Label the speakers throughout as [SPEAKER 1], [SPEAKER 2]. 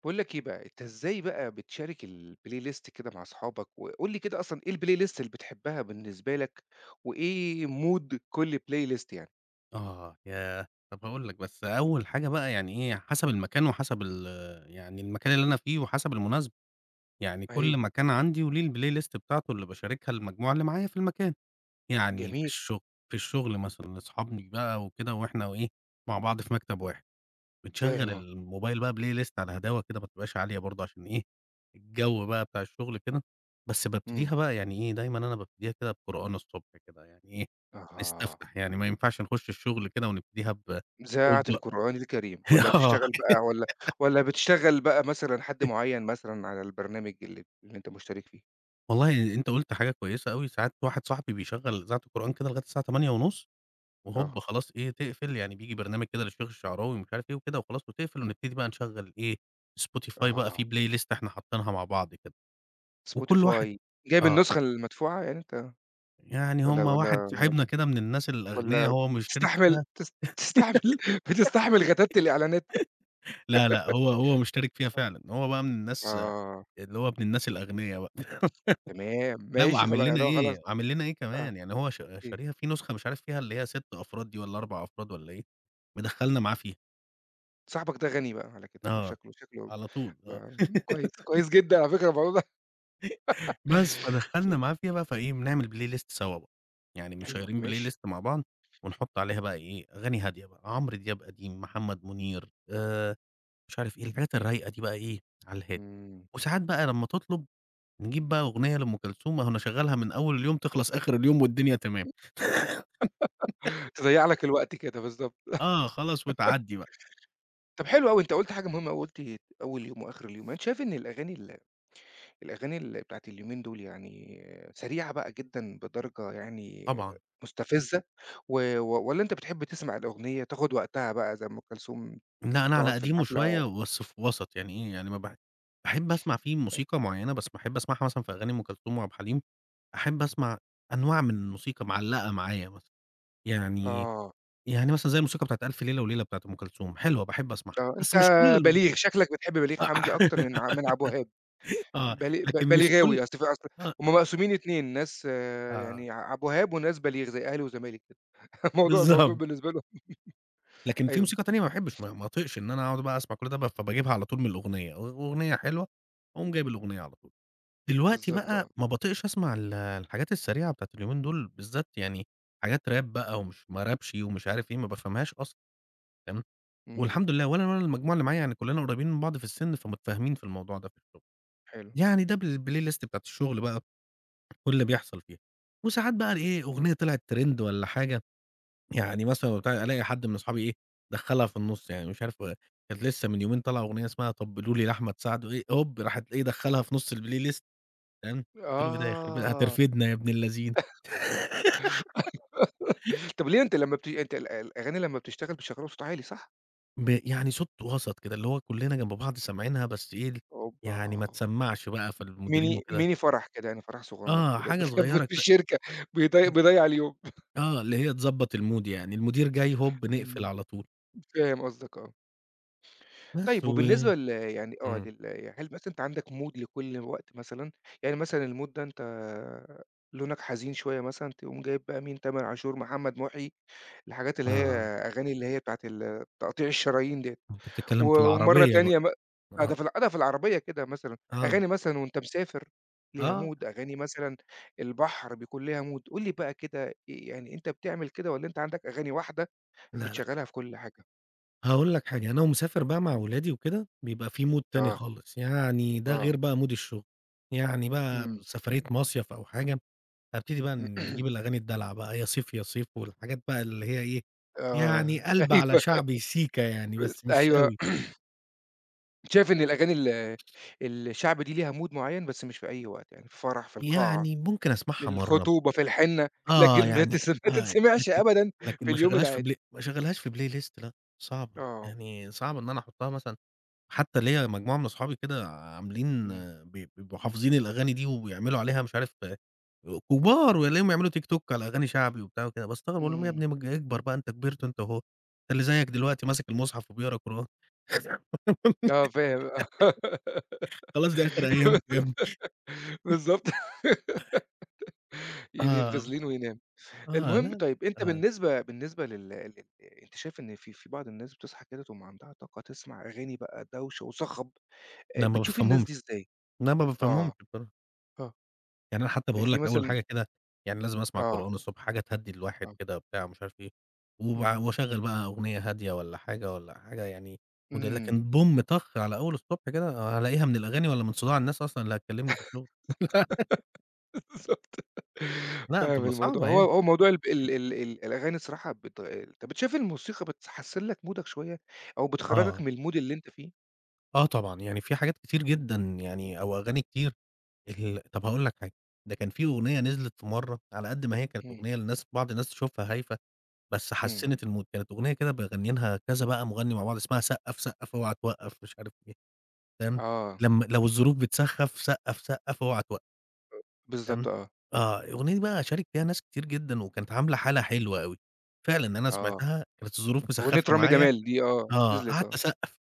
[SPEAKER 1] باقول لك إيه بقى، أنت إزاي بقى بتشارك الplay list كده مع أصحابك، وقُل لي كده أصلًا إيه الplay list اللي بتحبها بالنسبة لك، وإيه mood كل play list يعني؟
[SPEAKER 2] آه، ياه! طب هاقول لك، بس أول حاجة بقى يعني إيه، حسب المكان وحسب ال يعني المكان اللي أنا فيه وحسب المناسبة، يعني كل
[SPEAKER 1] أيوه.
[SPEAKER 2] مكان عندي وليه الplay list بتاعته اللي باشاركها المجموعة اللي معايا في المكان، يعني في
[SPEAKER 1] جميل،
[SPEAKER 2] الشغل في الشغل مثلًا أصحابي بقى وكده وإحنا وإيه، مع بعض في مكتب واحد.
[SPEAKER 1] فاهم
[SPEAKER 2] بتشغّل
[SPEAKER 1] آه،
[SPEAKER 2] الموبايل بقى play list على هداوة كده ما تبقاش عالية برضه عشان إيه، الجو بقى بتاع الشغل كده، بس
[SPEAKER 1] إمم،
[SPEAKER 2] بابتديها بقى يعني إيه، دايمًا أنا بابتديها كده بقرآن الصبح كده يعني إيه،
[SPEAKER 1] أها،
[SPEAKER 2] نستفتح يعني ما ينفعش نخش الشغل كده ونبتديها ب
[SPEAKER 1] إذاعة
[SPEAKER 2] أوبا.
[SPEAKER 1] القرآن الكريم، والّا
[SPEAKER 2] آه.
[SPEAKER 1] بتشتغل بقى والّا بتشتغل بقى مثلًا حد معيّن مثلًا على البرنامج اللي أنت مشترك فيه؟
[SPEAKER 2] والله أنت قُلت حاجة كويسة أوي، ساعات واحد صاحبي بيشغّل إذاعة القرآن كده لغاية الساعة 08:30
[SPEAKER 1] آه،
[SPEAKER 2] وهوب خلاص إيه، تقفل يعني بييجي برنامج كده للشيخ الشعراوي ومش عارف إيه وكده وخلاص وتقفل ونبتدي بقى نشغّل إيه، spotify بقى
[SPEAKER 1] آه،
[SPEAKER 2] فيه play list إحنا حاطينها مع بعض كده، وكل واحد
[SPEAKER 1] Spotify، جايب
[SPEAKER 2] آه.
[SPEAKER 1] النسخة المدفوعة يعني أنت
[SPEAKER 2] يعني
[SPEAKER 1] والّا
[SPEAKER 2] هم واحد
[SPEAKER 1] والّا
[SPEAKER 2] صاحبنا
[SPEAKER 1] والّا
[SPEAKER 2] كده من الناس الأغنيا
[SPEAKER 1] والّا
[SPEAKER 2] هو مشترك
[SPEAKER 1] بتستحمل
[SPEAKER 2] فيها.
[SPEAKER 1] تستحمل بتستحمل غتات الإعلانات.
[SPEAKER 2] لا، لأ، هو مشترك فيها
[SPEAKER 1] آه،
[SPEAKER 2] فعلًا، هو بقى من الناس
[SPEAKER 1] آه،
[SPEAKER 2] اللي هو ابن الناس الأغنيا بقى،
[SPEAKER 1] تمام
[SPEAKER 2] لأ
[SPEAKER 1] ماشي خلا
[SPEAKER 2] وعامل لنا
[SPEAKER 1] يعني هو خلاص
[SPEAKER 2] إيه، عامل لنا إيه
[SPEAKER 1] آه،
[SPEAKER 2] كمان، يعني هو
[SPEAKER 1] إيه،
[SPEAKER 2] شاريها في نسخة مش عارف فيها اللي هي 6 أفراد دي والّا 4 أفراد والّا إيه، مدخّلنا معاه فيها،
[SPEAKER 1] صاحبك ده غني بقى على كده، ما
[SPEAKER 2] آه،
[SPEAKER 1] شكله
[SPEAKER 2] على طول آه.
[SPEAKER 1] آه، كويس، كويس جدًا على فكرة الموضوع ده
[SPEAKER 2] بس فدخّلنا معاه فيها بقى فإيه، بنعمل Playlist سوا بقى، يعني
[SPEAKER 1] أيوه
[SPEAKER 2] مشيّرين
[SPEAKER 1] ماشي،
[SPEAKER 2] Playlist مع بعض ونحُط عليها بقى إيه، أغاني هادية بقى، عمرو دياب قديم، محمد منير مش عارف إيه، الحاجات الرايقة دي بقى إيه، على الهادي.
[SPEAKER 1] إمم،
[SPEAKER 2] وساعات بقى لمّا تطلب، نجيب بقى أغنية لأم كلثوم، أهو أنا شغّلها من أول اليوم تخلص آخر اليوم والدنيا تمام.
[SPEAKER 1] تضيّع لك الوقت كده بالضبط.
[SPEAKER 2] آه خلاص وتعدّي بقى.
[SPEAKER 1] طب حلو أوي، أنت قُلت حاجة مهمة أوي، قُلت أول يوم وآخر اليوم، أنت شايف إن الأغاني بتاعة اليومين دول يعني سريعة بقى جدًا بدرجة يعني
[SPEAKER 2] طبعًا.
[SPEAKER 1] مستفزة، و والّا أنت بتحب تسمع الأغنية تاخد وقتها بقى زي أم كلثوم
[SPEAKER 2] لأ، أنا على
[SPEAKER 1] تقعد في
[SPEAKER 2] قديمه
[SPEAKER 1] الحفلة
[SPEAKER 2] شوية بس في وسط، يعني إيه، يعني ما باح باحب أسمع فيه موسيقى معيّنة، بس باحب أسمعها مثلًا في أغاني أم كلثوم وعبد الحليم، أحب أسمع أنواع من الموسيقى معلّقة معايا مثلًا. يعني
[SPEAKER 1] آه،
[SPEAKER 2] يعني مثلًا زي الموسيقى بتاعة ألف ليلة وليلة بتاعة أم كلثوم، حلوة باحب أسمعها،
[SPEAKER 1] آه، أنت
[SPEAKER 2] بس مش كل الم
[SPEAKER 1] بليغ شكلك بتحب بليغ حمدي أكتر من ع من عبد الوهاب،
[SPEAKER 2] آه، لكن مش كل.
[SPEAKER 1] بليغاوي أصل في أصل
[SPEAKER 2] آه.
[SPEAKER 1] هُم مقسومين 2 ناس
[SPEAKER 2] آه.
[SPEAKER 1] يعني عبد الوهاب وناس بليغ زي أهلي وزمالك كده الموضوع
[SPEAKER 2] بالضبط.
[SPEAKER 1] بالنسبة لهم
[SPEAKER 2] لكن في
[SPEAKER 1] أيوه،
[SPEAKER 2] موسيقى تانية ما باحبش ما اطيقش إن أنا أقعد بقى أسمع كل ده ب فباجيبها على طول من الأغنية، أغنية حلوة أقوم جايب الأغنية على طول. دلوقتي
[SPEAKER 1] بالضبط آه،
[SPEAKER 2] بقى ما باطيقش أسمع الحاجات السريعة بتاعة اليومين دول بالذات يعني حاجات راب بقى ومش ما رابشي ومش عارف إيه، ما بافهمهاش أصلًا. تمام،
[SPEAKER 1] إمم،
[SPEAKER 2] والحمد لله ولا أنا ولا المجموعة اللي معايا يعني كلنا قريبين من بعض في السن فمتفاهمين في الموضوع ده في الشغل.
[SPEAKER 1] حلو،
[SPEAKER 2] يعني ده بالplaylist بتاعة الشغل بقى كل اللي بيحصل فيها. وساعات بقى إيه أغنية طلعت ترند والّا حاجة يعني مثلًا وبتاع ألاقي حد من أصحابي إيه، دخّلها في النُص يعني مش عارف كانت
[SPEAKER 1] إمم،
[SPEAKER 2] لسه من يومين طالعة أغنية اسمها "طبلوا لي" لأحمد سعد وإيه هوب راحت إيه دخّلها في نُص الplaylist. فاهم، قُلت له: "إيه ده يخرب بي
[SPEAKER 1] آه.
[SPEAKER 2] هترفدنا يا ابن اللذينه."
[SPEAKER 1] طب ليه أنت لمّا بت أنت ال الأغاني لمّا بتشتغل بتشغّلها بصوت عالي صح؟
[SPEAKER 2] ب يعني صوت وسط كده اللي هو كلّنا جنب بعض سامعينها بس إيه، يعني
[SPEAKER 1] أوبّا!
[SPEAKER 2] ما تسمّعش بقى فالمديرين
[SPEAKER 1] mini
[SPEAKER 2] وكده.
[SPEAKER 1] mini فرح كده يعني فرح صغنّن
[SPEAKER 2] آه،
[SPEAKER 1] كده
[SPEAKER 2] حاجة
[SPEAKER 1] بتلمّ
[SPEAKER 2] صغيّرة
[SPEAKER 1] في
[SPEAKER 2] كده.
[SPEAKER 1] الشركة
[SPEAKER 2] ال
[SPEAKER 1] بيضيّع اليوم.
[SPEAKER 2] آه، اللي هي تضبّط المود يعني، المدير جاي هوب نقفل
[SPEAKER 1] إمم.
[SPEAKER 2] على طول.
[SPEAKER 1] فاهم قصدك آه.
[SPEAKER 2] بس
[SPEAKER 1] طيب
[SPEAKER 2] و
[SPEAKER 1] وبالنسبة يعني آه
[SPEAKER 2] إمم،
[SPEAKER 1] يعني هل مثلًا أنت عندك mood لكل وقت مثلًا؟ يعني مثلًا الmood ده أنت لونك حزين شوية مثلًا تقوم جايب بقى مين، تامر عاشور، محمد محي، الحاجات اللي هي
[SPEAKER 2] آه،
[SPEAKER 1] أغاني اللي هي بتاعة ال تقطيع الشرايين ديّة.
[SPEAKER 2] أنت
[SPEAKER 1] و
[SPEAKER 2] بتتكلّم في
[SPEAKER 1] ومرّة
[SPEAKER 2] العربية بقى.
[SPEAKER 1] تانية آه،
[SPEAKER 2] آه،
[SPEAKER 1] ده في العربية كده مثلًا،
[SPEAKER 2] آه،
[SPEAKER 1] أغاني مثلًا وأنت مسافر ليها
[SPEAKER 2] آه،
[SPEAKER 1] mood، أغاني مثلًا البحر بيكون ليها mood. قُل لي بقى كده يعني أنت بتعمل كده والّا أنت عندك أغاني واحدة
[SPEAKER 2] لا، لأ.
[SPEAKER 1] بتشغّلها في كل حاجة؟
[SPEAKER 2] هاقول لك حاجة، أنا ومسافر بقى مع
[SPEAKER 1] إمم.
[SPEAKER 2] ولادي وكده، بيبقى في mood تاني
[SPEAKER 1] آه،
[SPEAKER 2] خالص، يعني ده
[SPEAKER 1] آه.
[SPEAKER 2] غير بقى mood الشغل، يعني بقى
[SPEAKER 1] إمم.
[SPEAKER 2] سفرية مصيف أو حاجة، هابتدي بقى نجيب الأغاني الدلع بقى، يا صيف يا صيف والحاجات بقى اللي هي إيه، يعني
[SPEAKER 1] آه،
[SPEAKER 2] قلبة على
[SPEAKER 1] أيوه،
[SPEAKER 2] شعبي سيكا يعني، بس مش
[SPEAKER 1] أيوه.
[SPEAKER 2] أوي،
[SPEAKER 1] شايف إن الأغاني ال الشعب دي ليها mood معيّن بس مش في أي وقت، يعني في فرح، في القاعة،
[SPEAKER 2] يعني ممكن
[SPEAKER 1] في
[SPEAKER 2] أسمعها مرّة،
[SPEAKER 1] الخطوبة، في الحنة،
[SPEAKER 2] آه
[SPEAKER 1] لكن
[SPEAKER 2] يعني
[SPEAKER 1] ما
[SPEAKER 2] آه،
[SPEAKER 1] تتسمعش
[SPEAKER 2] لكن.
[SPEAKER 1] أبدًا
[SPEAKER 2] لكن
[SPEAKER 1] في
[SPEAKER 2] ما
[SPEAKER 1] اليوم
[SPEAKER 2] أشغّلهاش في
[SPEAKER 1] العادي.
[SPEAKER 2] بلاي ما أشغّلهاش في بلاي list لأ، صعبة،
[SPEAKER 1] آه.
[SPEAKER 2] يعني صعب إن أنا أحطها مثلًا. حتى ليّا مجموعة من أصحابي كده عاملين
[SPEAKER 1] إمم.
[SPEAKER 2] آه، بيبقوا حافظين الأغاني دي وبيعملوا عليها مش عارف آه، كبار وألاقيهم يعملوا تيك توك على أغاني شعبي وبتاع وكده، باستغرب أقول لهم يا
[SPEAKER 1] إمم.
[SPEAKER 2] ابني ما ج اكبر بقى أنت كبرت أنت أهو، أنت اللي زيّك دلوقتي ماسك المصحف وبيقرا قرآن.
[SPEAKER 1] آه فاهم آه.
[SPEAKER 2] خلاص دي آخر أيامكم يا ابني.
[SPEAKER 1] بالضبط. يدي
[SPEAKER 2] آه،
[SPEAKER 1] الفازلين وينام.
[SPEAKER 2] آه، لا،
[SPEAKER 1] المهم
[SPEAKER 2] لأ،
[SPEAKER 1] طيب أنت
[SPEAKER 2] آه،
[SPEAKER 1] بالنسبة لل أنت شايف إن في بعض الناس بتصحى كده تقوم عندها طاقة تسمع أغاني بقى دوشة وصخب،
[SPEAKER 2] لأ ما
[SPEAKER 1] بتشوف الناس دي
[SPEAKER 2] بافهمهمش،
[SPEAKER 1] إزاي؟
[SPEAKER 2] لأ ما بافهمهمش
[SPEAKER 1] آه،
[SPEAKER 2] بصراحة.
[SPEAKER 1] آه.
[SPEAKER 2] يعني أنا حتى باقول
[SPEAKER 1] تلاقيه
[SPEAKER 2] لك أول
[SPEAKER 1] مثلًا
[SPEAKER 2] حاجة كده، يعني لازم أسمع
[SPEAKER 1] آه،
[SPEAKER 2] قرآن الصبح، حاجة تهدّي الواحد
[SPEAKER 1] آه.
[SPEAKER 2] كده وبتاع ومش عارف إيه،
[SPEAKER 1] إمم،
[SPEAKER 2] واشغّل بقى أغنية هادية والّا حاجة، والّا حاجة يعني مد
[SPEAKER 1] إمم.
[SPEAKER 2] لكن بوم طخ على أول الصبح كده هالاقيها من الأغاني والّا من صداع الناس أصلًا اللي هتكلمني في الشغل. لأ،
[SPEAKER 1] بالضبط.
[SPEAKER 2] لا
[SPEAKER 1] فاهم
[SPEAKER 2] بتبقى
[SPEAKER 1] الموضوع.
[SPEAKER 2] صعبة
[SPEAKER 1] هو
[SPEAKER 2] يعني.
[SPEAKER 1] هو موضوع الب ال ال ال الأغاني الصراحة طب أنت شايف الموسيقى بتحسِّن لك مودك شوية أو بتخرّجك
[SPEAKER 2] آه،
[SPEAKER 1] من الmood اللي أنت فيه؟
[SPEAKER 2] آه طبعًا، يعني في حاجات كتير جدًا يعني أو أغاني كتير. ال طب هاقول لك حاجة، ده كان في أغنية نزلت في مرّة على قد ما هي كانت
[SPEAKER 1] إمم.
[SPEAKER 2] أغنية للناس بعض الناس تشوفها هايفة بس
[SPEAKER 1] إمم.
[SPEAKER 2] حسّنت الmood كانت أغنية كده مغنيينها كذا بقى مغني مع بعض اسمها سقّف، سقّف اوعى توقّف، مش عارف إيه، فاهم،
[SPEAKER 1] آه،
[SPEAKER 2] لمّا لو الظروف بتسخّف سقّف، سقّف اوعى توقّف،
[SPEAKER 1] بالضبط
[SPEAKER 2] فاهم،
[SPEAKER 1] آه،
[SPEAKER 2] آه، الأغنية دي بقى شارك فيها ناس كتير جدًا وكانت عاملة حالة حلوة أوي، فعلًا أنا
[SPEAKER 1] آه.
[SPEAKER 2] سمعتها كانت الظروف
[SPEAKER 1] أغنية
[SPEAKER 2] مسخّفة
[SPEAKER 1] رامي
[SPEAKER 2] معايا،
[SPEAKER 1] جمال دي آه،
[SPEAKER 2] آه،
[SPEAKER 1] نزلت
[SPEAKER 2] قعدت
[SPEAKER 1] آه.
[SPEAKER 2] أسقّف.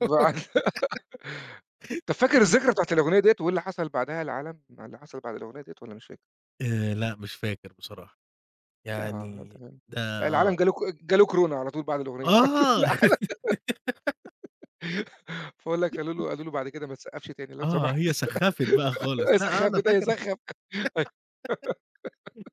[SPEAKER 1] بعد طب فاكر الذكرى بتاعة الأغنية ديّة وإيه اللي حصل بعدها العالم اللي حصل بعد الأغنية ديّة والّا مش فاكر؟
[SPEAKER 2] لأ مش فاكر بصراحة،
[SPEAKER 1] آه،
[SPEAKER 2] يعني
[SPEAKER 1] تمام.
[SPEAKER 2] ده
[SPEAKER 1] لأ العالم
[SPEAKER 2] آه،
[SPEAKER 1] جاله كورونا على طول بعد الأغنية على طول
[SPEAKER 2] آه،
[SPEAKER 1] العالم فاقول لك قالوا له بعد كده ما تسقّفش تاني لو
[SPEAKER 2] آه،
[SPEAKER 1] سمحت
[SPEAKER 2] هي سخّفت بقى خالص، لأ
[SPEAKER 1] سخّف
[SPEAKER 2] أنا
[SPEAKER 1] أيوه
[SPEAKER 2] فاكر
[SPEAKER 1] سخّف أي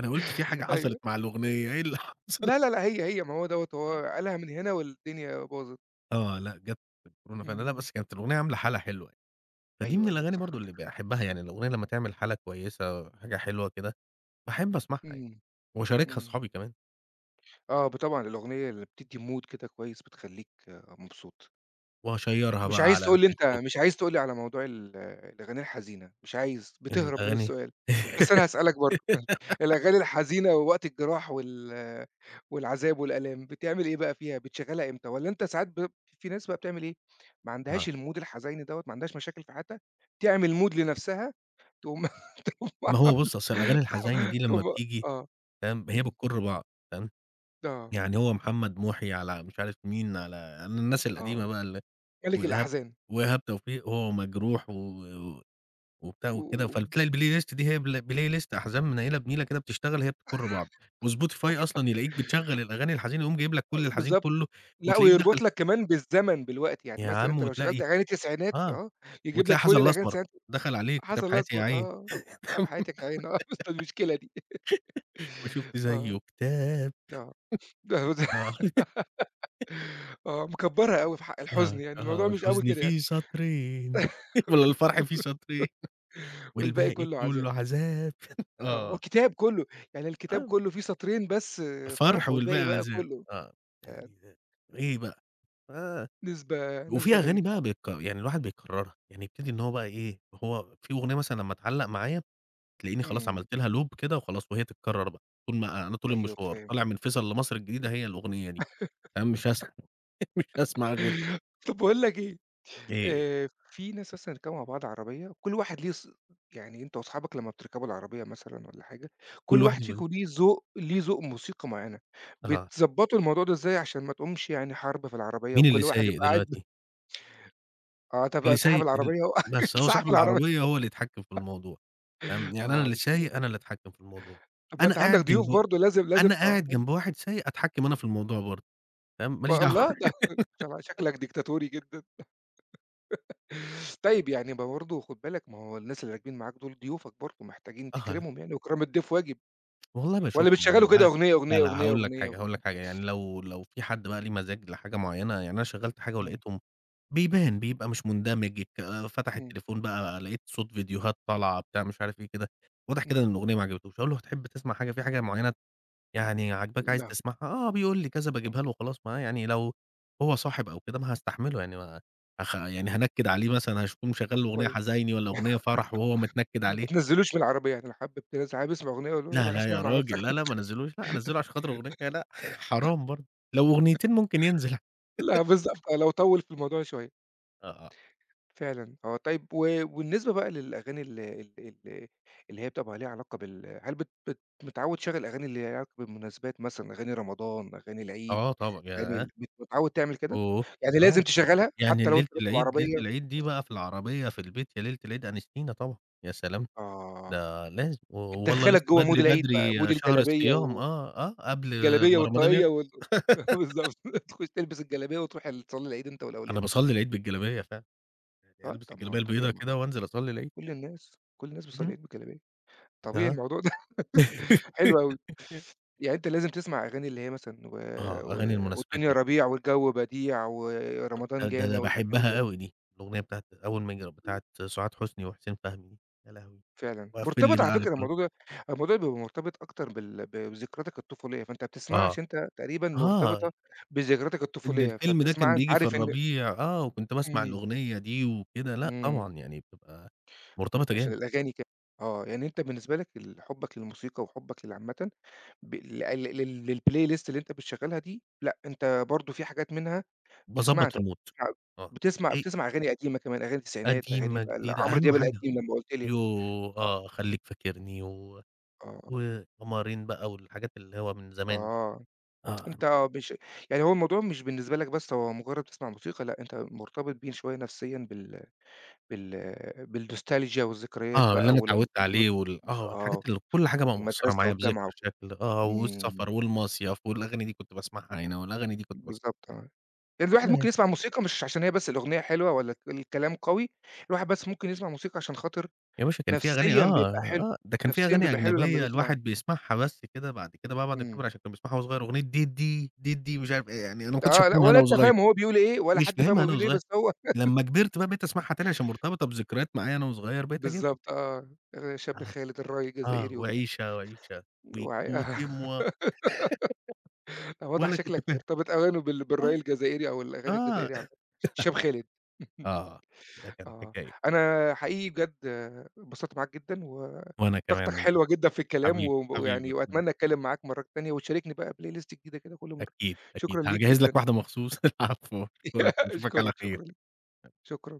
[SPEAKER 2] أنا قُلت في حاجة
[SPEAKER 1] أيوه.
[SPEAKER 2] حصلت مع الأغنية إيه اللي حصل؟
[SPEAKER 1] لا هي ما هو دوّة هو قالها من هنا والدنيا باظت.
[SPEAKER 2] آه، لأ جات في الكورونا
[SPEAKER 1] إمم.
[SPEAKER 2] فعلًا، لأ بس كانت الأغنية عاملة حالة حلوة يعني، فدي من
[SPEAKER 1] أيوه، أيوه
[SPEAKER 2] الأغاني
[SPEAKER 1] صح
[SPEAKER 2] برضه
[SPEAKER 1] عندك
[SPEAKER 2] اللي
[SPEAKER 1] حق.
[SPEAKER 2] باحبها، يعني الأغنية لمّا تعمل حالة كويسة، حاجة حلوة كده، باحب أسمعها يعني،
[SPEAKER 1] إمم،
[SPEAKER 2] وأشاركها
[SPEAKER 1] إمم.
[SPEAKER 2] أصحابي كمان،
[SPEAKER 1] آه، طبعًا الأغنية اللي بتدّي mood كده كويس، بتخلّيك آه، مبسوط.
[SPEAKER 2] وأشيّرها
[SPEAKER 1] مش
[SPEAKER 2] بقى
[SPEAKER 1] عايز
[SPEAKER 2] على
[SPEAKER 1] تقول لي أنت
[SPEAKER 2] الفيسبوك،
[SPEAKER 1] مش عايز تقول لي على موضوع الأغاني الحزينة، مش عايز، بتهرب من
[SPEAKER 2] الأغاني.
[SPEAKER 1] السؤال، بس أنا هاسألك برضه، الأغاني الحزينة ووقت الجراح والعذاب والآلام، بتعمل إيه بقى فيها، بتشغّلها إمتى؟ والّا أنت ساعات في ناس بقى بتعمل إيه، ما
[SPEAKER 2] آه،
[SPEAKER 1] عندهاش الmood الحزيني دوّة، ما عندهاش مشاكل في حياتها، تعمل mood لنفسها، تقوم تقوم
[SPEAKER 2] ما هو
[SPEAKER 1] عاملة
[SPEAKER 2] بُص أصل الأغاني الحزيني دي لمّا
[SPEAKER 1] تقوم
[SPEAKER 2] بتيجي
[SPEAKER 1] آه،
[SPEAKER 2] فاهم، هي
[SPEAKER 1] إمم،
[SPEAKER 2] بتكُر بعض فاهم،
[SPEAKER 1] آه،
[SPEAKER 2] يعني هو محمد محي على مش عارف مين، على الناس القديمة
[SPEAKER 1] آه،
[SPEAKER 2] بقى ال
[SPEAKER 1] ملك
[SPEAKER 2] وإيهاب
[SPEAKER 1] الأحزان.
[SPEAKER 2] وإيهاب توفيق وهو مجروح و وبتاع وكده،
[SPEAKER 1] و
[SPEAKER 2] فبتلاقي البلاي ليست دي هي بلاي ليست أحزان منيلة بنيلة كده بتشتغل هي بتكُر بعض، وSpotify أصلًا يلاقيك بتشغّل الأغاني الحزينة يقوم جايب لك كل الحزين
[SPEAKER 1] بالضبط،
[SPEAKER 2] كلّه،
[SPEAKER 1] لأ
[SPEAKER 2] وتلاقيك دخل
[SPEAKER 1] ويربط لك كمان بالوقت، يعني
[SPEAKER 2] يا
[SPEAKER 1] مثلًا
[SPEAKER 2] عم
[SPEAKER 1] أنت لو شغّلت
[SPEAKER 2] وتلاقي
[SPEAKER 1] أغاني تسعينات
[SPEAKER 2] آه،
[SPEAKER 1] آه، يجيب
[SPEAKER 2] وتلاقي
[SPEAKER 1] لك
[SPEAKER 2] حزن
[SPEAKER 1] كل الأغاني
[SPEAKER 2] الأسمر
[SPEAKER 1] التسعينات
[SPEAKER 2] دخل عليه كتاب
[SPEAKER 1] حسن
[SPEAKER 2] حياتي يا
[SPEAKER 1] الأسمر
[SPEAKER 2] عين.
[SPEAKER 1] آه، طب حياتك يا عيني آه، بس المشكلة دي
[SPEAKER 2] ما شُفت
[SPEAKER 1] آه،
[SPEAKER 2] زيه كتاب.
[SPEAKER 1] آه،
[SPEAKER 2] آه،
[SPEAKER 1] آه، مكبّرها أوي في حق الحزن
[SPEAKER 2] آه،
[SPEAKER 1] يعني،
[SPEAKER 2] آه،
[SPEAKER 1] الموضوع مش أوي
[SPEAKER 2] والحزن
[SPEAKER 1] كده يعني،
[SPEAKER 2] فيه سطرين. والّا الفرح فيه سطرين
[SPEAKER 1] والباقي
[SPEAKER 2] والباقي
[SPEAKER 1] كلّه عذاب،
[SPEAKER 2] كلّه عذاب.
[SPEAKER 1] آه،
[SPEAKER 2] آه،
[SPEAKER 1] وكتاب كلّه، يعني الكتاب
[SPEAKER 2] آه،
[SPEAKER 1] كلّه فيه سطرين بس
[SPEAKER 2] فرح
[SPEAKER 1] فرح
[SPEAKER 2] والباقي
[SPEAKER 1] والباقي بقى
[SPEAKER 2] عذاب
[SPEAKER 1] كلّه
[SPEAKER 2] آه،
[SPEAKER 1] آآ،
[SPEAKER 2] يعني إيه بقى؟ آه.
[SPEAKER 1] نسبة
[SPEAKER 2] وفي
[SPEAKER 1] نسبة غريبة،
[SPEAKER 2] أغاني بقى بيك يعني الواحد بيكرّرها، يعني يبتدي إن هو بقى إيه، هو في أغنية مثلًا لمّا تعلّق معايا تلاقيني خلاص
[SPEAKER 1] إمم،
[SPEAKER 2] عملت لها loop كده وخلاص وهي تتكرّر بقى، طول ما أنا طول
[SPEAKER 1] أيوه
[SPEAKER 2] المشوار
[SPEAKER 1] فاهم،
[SPEAKER 2] طالع من فيصل لمصر الجديدة هي الأغنية دي، تمام مش هاسمع. مش هاسمع غيرها،
[SPEAKER 1] طب باقول لك إيه،
[SPEAKER 2] آآ
[SPEAKER 1] في ناس مثلًا يركبوا مع بعض عربية، كل واحد ليه يعني أنت وأصحابك لمّا بتركبوا العربية مثلًا والّا حاجة، كل
[SPEAKER 2] كل واحد
[SPEAKER 1] واحد
[SPEAKER 2] يبقى
[SPEAKER 1] فيكم ليه ذوق موسيقى معيّنة،
[SPEAKER 2] آه،
[SPEAKER 1] بتضبّطوا الموضوع ده إزاي عشان ما تقومش يعني حرب في العربية
[SPEAKER 2] مين اللي
[SPEAKER 1] وكل واحد
[SPEAKER 2] سايق
[SPEAKER 1] يبقى قاعد
[SPEAKER 2] دلوقتي؟
[SPEAKER 1] آه، طب
[SPEAKER 2] اللي
[SPEAKER 1] صاحب
[SPEAKER 2] سايق ال
[SPEAKER 1] العربية هو
[SPEAKER 2] بس هو
[SPEAKER 1] صاحب
[SPEAKER 2] صاحب
[SPEAKER 1] العربية
[SPEAKER 2] العربية هو اللي يتحكّم في الموضوع، تمام، يعني أنا
[SPEAKER 1] آه،
[SPEAKER 2] اللي
[SPEAKER 1] مشكلة.
[SPEAKER 2] سايق أنا اللي أتحكّم في الموضوع،
[SPEAKER 1] طب ما
[SPEAKER 2] أنا
[SPEAKER 1] أنت عندك
[SPEAKER 2] قاعد
[SPEAKER 1] ضيوف
[SPEAKER 2] جنب
[SPEAKER 1] برضه لازم
[SPEAKER 2] أنا قاعد
[SPEAKER 1] آه،
[SPEAKER 2] جنب واحد سايق أتحكّم أنا في الموضوع برضه، تمام، ما ليش دعوة.
[SPEAKER 1] والله ده طبعًا شكلك ديكتاتوري جدًا. طيب يعني ما برضه خُد بالك ما هو الناس اللي راكبين معاك دول ضيوفك برضه محتاجين
[SPEAKER 2] آه.
[SPEAKER 1] تكرمهم يعني وإكرام الضيف واجب.
[SPEAKER 2] والله
[SPEAKER 1] والّا
[SPEAKER 2] باشوفهم
[SPEAKER 1] بتشغّلوا
[SPEAKER 2] يعني
[SPEAKER 1] كده
[SPEAKER 2] عا
[SPEAKER 1] أغنية،
[SPEAKER 2] لا،
[SPEAKER 1] أغنية، أغنية،
[SPEAKER 2] هاقول لك
[SPEAKER 1] أغنية و
[SPEAKER 2] حاجة، هاقول لك حاجة، يعني لو في حد بقى ليه مزاج لحاجة معيّنة يعني أنا شغّلت حاجة
[SPEAKER 1] إمم،
[SPEAKER 2] ولقيتهم بيبان، بيبقى مش مندمج الك فتح
[SPEAKER 1] إمم،
[SPEAKER 2] التليفون بقى لقيت صوت فيديوهات طالعة بتاع مش عارف إيه كده، واضح كده إن
[SPEAKER 1] إمم.
[SPEAKER 2] الأغنية ما عجبتوش، أقول له: "هتحب تسمع حاجة في حاجة معيّنة يعني عاجباك عايز
[SPEAKER 1] لأ،
[SPEAKER 2] تسمعها؟" "آه." بيقول لي كذا
[SPEAKER 1] لأ،
[SPEAKER 2] باجيبها له وخلاص، ما يعني هو صاحب أو كده ما هاستحمله يعني ما يعني هانكد عليه مثلًا هاشوفه
[SPEAKER 1] طب
[SPEAKER 2] مشغّل له أغنية
[SPEAKER 1] كويس،
[SPEAKER 2] حزيني والّا أغنية فرح وهو متنكد
[SPEAKER 1] ما
[SPEAKER 2] عليه.
[SPEAKER 1] بتنزّلوش من العربية يعني لو حابب تنزّل حابب اسمع أغنية قل
[SPEAKER 2] لا،
[SPEAKER 1] روح اسمعها
[SPEAKER 2] يا
[SPEAKER 1] مع نفسك
[SPEAKER 2] راجل، لا، ما انزّلوش، لأ، انزّله عشان خاطر أغنية لأ، حرام برضه، لو أغنيتين ممكن ينزل.
[SPEAKER 1] لأ بالضبط آه، لو طوّل في الموضوع شوية،
[SPEAKER 2] آه، آه
[SPEAKER 1] فعلًا آه. طيب و وبالنسبة بقى للأغاني ال ال ال اللي هي بتبقى ليها علاقة هل بت بت متعوّد شغّل أغاني اللي ليها علاقة بالمناسبات مثلًا، أغاني رمضان، أغاني العيد،
[SPEAKER 2] آه، طبعًا،
[SPEAKER 1] أغاني
[SPEAKER 2] ياه!
[SPEAKER 1] ال متعوّد تعمل كده؟
[SPEAKER 2] أوه!
[SPEAKER 1] يعني لازم
[SPEAKER 2] آه،
[SPEAKER 1] تشغّلها
[SPEAKER 2] يعني
[SPEAKER 1] حتى لو أنت
[SPEAKER 2] ليلة
[SPEAKER 1] راكب
[SPEAKER 2] العيد ليلة
[SPEAKER 1] عربية
[SPEAKER 2] العيد دي بقى في العربية في البيت يا ليلة العيد أنستينا طبعًا، يا سلام!
[SPEAKER 1] آه،
[SPEAKER 2] ده لازم، و والله
[SPEAKER 1] بتدخّلك
[SPEAKER 2] لسه
[SPEAKER 1] جوّه مود
[SPEAKER 2] بدري،
[SPEAKER 1] العيد بقى، مود
[SPEAKER 2] شهر
[SPEAKER 1] الجلابية
[SPEAKER 2] الصيام
[SPEAKER 1] و
[SPEAKER 2] آه، آه، قبل
[SPEAKER 1] الجلابية
[SPEAKER 2] ما رمضان
[SPEAKER 1] والطاقية
[SPEAKER 2] يخلص،
[SPEAKER 1] وال بالضبط، تخش تلبس الجلابية وتروح ال تصلّي العيد أنت والأولاد.
[SPEAKER 2] أنا باصلّي العيد بالجلابية فعلًا، يعني
[SPEAKER 1] آه،
[SPEAKER 2] ألبس
[SPEAKER 1] طب ما
[SPEAKER 2] الجلابية
[SPEAKER 1] هو طبيعي
[SPEAKER 2] البيضا
[SPEAKER 1] ما هو
[SPEAKER 2] كده وأنزل أصلّي العيد،
[SPEAKER 1] كل الناس، كل الناس بتصلّي
[SPEAKER 2] اهم،
[SPEAKER 1] العيد بالجلابية، طبيعي
[SPEAKER 2] آه،
[SPEAKER 1] الموضوع ده حلو أوي. يعني أنت لازم تسمع أغاني اللي هي مثلًا و
[SPEAKER 2] آه،
[SPEAKER 1] و
[SPEAKER 2] أغاني المناسبات
[SPEAKER 1] والدنيا
[SPEAKER 2] دي.
[SPEAKER 1] ربيع والجو بديع ورمضان
[SPEAKER 2] ده
[SPEAKER 1] جانا والأغاني ديّة،
[SPEAKER 2] باحبها أوي دي، الأغنية بتاعة أول ما يجي بتاعة سعاد حسني وحسين فهمي دي، يا لهوي!
[SPEAKER 1] فعلًا.
[SPEAKER 2] وقفّل لي
[SPEAKER 1] مرتبط
[SPEAKER 2] بقى
[SPEAKER 1] على
[SPEAKER 2] على
[SPEAKER 1] فكرة
[SPEAKER 2] كل
[SPEAKER 1] الموضوع ده الموضوع بيبقى مرتبط أكتر ب بذكرياتك الطفولية، فأنت بتسمعها
[SPEAKER 2] آه،
[SPEAKER 1] عشان أنت تقريبًا
[SPEAKER 2] آه،
[SPEAKER 1] مرتبطة بذكرياتك
[SPEAKER 2] إن
[SPEAKER 1] الطفولية،
[SPEAKER 2] الفيلم ده
[SPEAKER 1] فبتسمعها
[SPEAKER 2] كان
[SPEAKER 1] أنت
[SPEAKER 2] بييجي في
[SPEAKER 1] عارف إن
[SPEAKER 2] الربيع آه، وكنت باسمع
[SPEAKER 1] إمم،
[SPEAKER 2] الأغنية دي وكده، لأ
[SPEAKER 1] إمم.
[SPEAKER 2] طبعًا يعني بتبقى مرتبطة
[SPEAKER 1] عشان
[SPEAKER 2] جامد،
[SPEAKER 1] الأغاني ك آه، يعني أنت بالنسبة لك حُبّك للموسيقى وحُبّك عامةً ب ل لل للplay list اللي أنت بتشغّلها دي، لأ أنت برضه في حاجات منها بتسمعها
[SPEAKER 2] باضبّط
[SPEAKER 1] ط
[SPEAKER 2] المود آه،
[SPEAKER 1] بتسمع
[SPEAKER 2] أي
[SPEAKER 1] بتسمع أغاني قديمة كمان، أغاني التسعينات، أغاني
[SPEAKER 2] قديمة،
[SPEAKER 1] بقى ال
[SPEAKER 2] جديدة،
[SPEAKER 1] عمرو دياب
[SPEAKER 2] أهم
[SPEAKER 1] القديم
[SPEAKER 2] حاجة
[SPEAKER 1] لمّا قُلت لي
[SPEAKER 2] يوه!
[SPEAKER 1] آه،
[SPEAKER 2] آه، خلّيك فاكرني و
[SPEAKER 1] آه،
[SPEAKER 2] وقمرين بقى والحاجات اللي هو من زمان دي،
[SPEAKER 1] آه،
[SPEAKER 2] آه.
[SPEAKER 1] أنت آه مش يعني هو الموضوع مش بالنسبة لك بس هو مجرّد بتسمع موسيقى، لأ أنت مرتبط بيه شوية نفسيًا بال بال بالنوستالجيا والذكريات
[SPEAKER 2] آه، اللي
[SPEAKER 1] بقى
[SPEAKER 2] أنا
[SPEAKER 1] ولمّا
[SPEAKER 2] اتعوّدت
[SPEAKER 1] كنت بت
[SPEAKER 2] عليه وال آه، والحاجات
[SPEAKER 1] آه،
[SPEAKER 2] اللي كل حاجة بقى مأثّرة
[SPEAKER 1] والمدرسة
[SPEAKER 2] معايا
[SPEAKER 1] والجامعة
[SPEAKER 2] بذكرى شكل آه،
[SPEAKER 1] إمم.
[SPEAKER 2] والسفر والمصيف والأغاني دي كنت باسمعها هنا والأغاني دي كنت باسمعها
[SPEAKER 1] بالضبط
[SPEAKER 2] هنا.
[SPEAKER 1] آه. يعني الواحد
[SPEAKER 2] كده
[SPEAKER 1] ممكن
[SPEAKER 2] يعني.
[SPEAKER 1] يسمع موسيقى مش عشان هي بس الأغنية حلوة والّا الكلام قوي، الواحد بس ممكن يسمع موسيقى عشان خاطر
[SPEAKER 2] يا باشا كان في أغاني آه،
[SPEAKER 1] نفسيًا بيبقى حلو،
[SPEAKER 2] آه، ده كان في
[SPEAKER 1] نفسيًا
[SPEAKER 2] أغاني
[SPEAKER 1] بيبقى حلو لمّا
[SPEAKER 2] أجنبية
[SPEAKER 1] بيسمعها.
[SPEAKER 2] الواحد بيسمعها بس كده بعد كده بقى بعد ما
[SPEAKER 1] إمم.
[SPEAKER 2] كِبِر عشان كان بيسمعها وهو صغير أغنية ديدي، ديدي مش عارف إيه، يعني أنا ما كنتش
[SPEAKER 1] آه، لأ
[SPEAKER 2] فاهمها
[SPEAKER 1] ولا
[SPEAKER 2] أنا
[SPEAKER 1] أنت
[SPEAKER 2] وصغير،
[SPEAKER 1] فاهم هو بيقول إيه ولا
[SPEAKER 2] مش
[SPEAKER 1] حد فاهم هو
[SPEAKER 2] فاهمها أنا
[SPEAKER 1] بيقول إيه،
[SPEAKER 2] وصغير،
[SPEAKER 1] بس هو
[SPEAKER 2] لمّا كبرت بقى بقيت أسمعها تاني عشان مرتبطة بذكريات معايا أنا وصغير بقيت أجيبها.
[SPEAKER 1] بالضبط آه. شاب
[SPEAKER 2] آه،
[SPEAKER 1] خالد الراعي
[SPEAKER 2] آه،
[SPEAKER 1] الجزائري وبتاع.
[SPEAKER 2] وعيشة، وعيشة
[SPEAKER 1] وعي
[SPEAKER 2] ويكوت
[SPEAKER 1] آه.
[SPEAKER 2] إموا
[SPEAKER 1] واضح
[SPEAKER 2] ولا كنت
[SPEAKER 1] شكلك
[SPEAKER 2] فاهم.
[SPEAKER 1] مرتبط أوي بالراي
[SPEAKER 2] آه،
[SPEAKER 1] الجزائري أو الأغاني
[SPEAKER 2] آه.
[SPEAKER 1] الجزائرية عامةً. شاب خالد.
[SPEAKER 2] آه، ده كان
[SPEAKER 1] آه.
[SPEAKER 2] حكاية،
[SPEAKER 1] أنا حقيقي بجد اتبسطت معاك جدًا و
[SPEAKER 2] وأنا
[SPEAKER 1] طاقتك
[SPEAKER 2] كمان انبسطت،
[SPEAKER 1] حلوة جدًا في الكلام
[SPEAKER 2] حبيبي،
[SPEAKER 1] و ويعني
[SPEAKER 2] حبيبي ربنا يخليك،
[SPEAKER 1] وأتمنى أتكلم معاك مرات تانية وتشاركني بقى بلاي list جديدة كده كل مرة.
[SPEAKER 2] أكيد، أكيد،
[SPEAKER 1] شكرًا ليك
[SPEAKER 2] هاجهز لك
[SPEAKER 1] جدًا.
[SPEAKER 2] واحدة مخصوص، العفو، أشكرك وأشوفك على
[SPEAKER 1] أشكرك،
[SPEAKER 2] خير.
[SPEAKER 1] شكرًا ليك، شكرًا.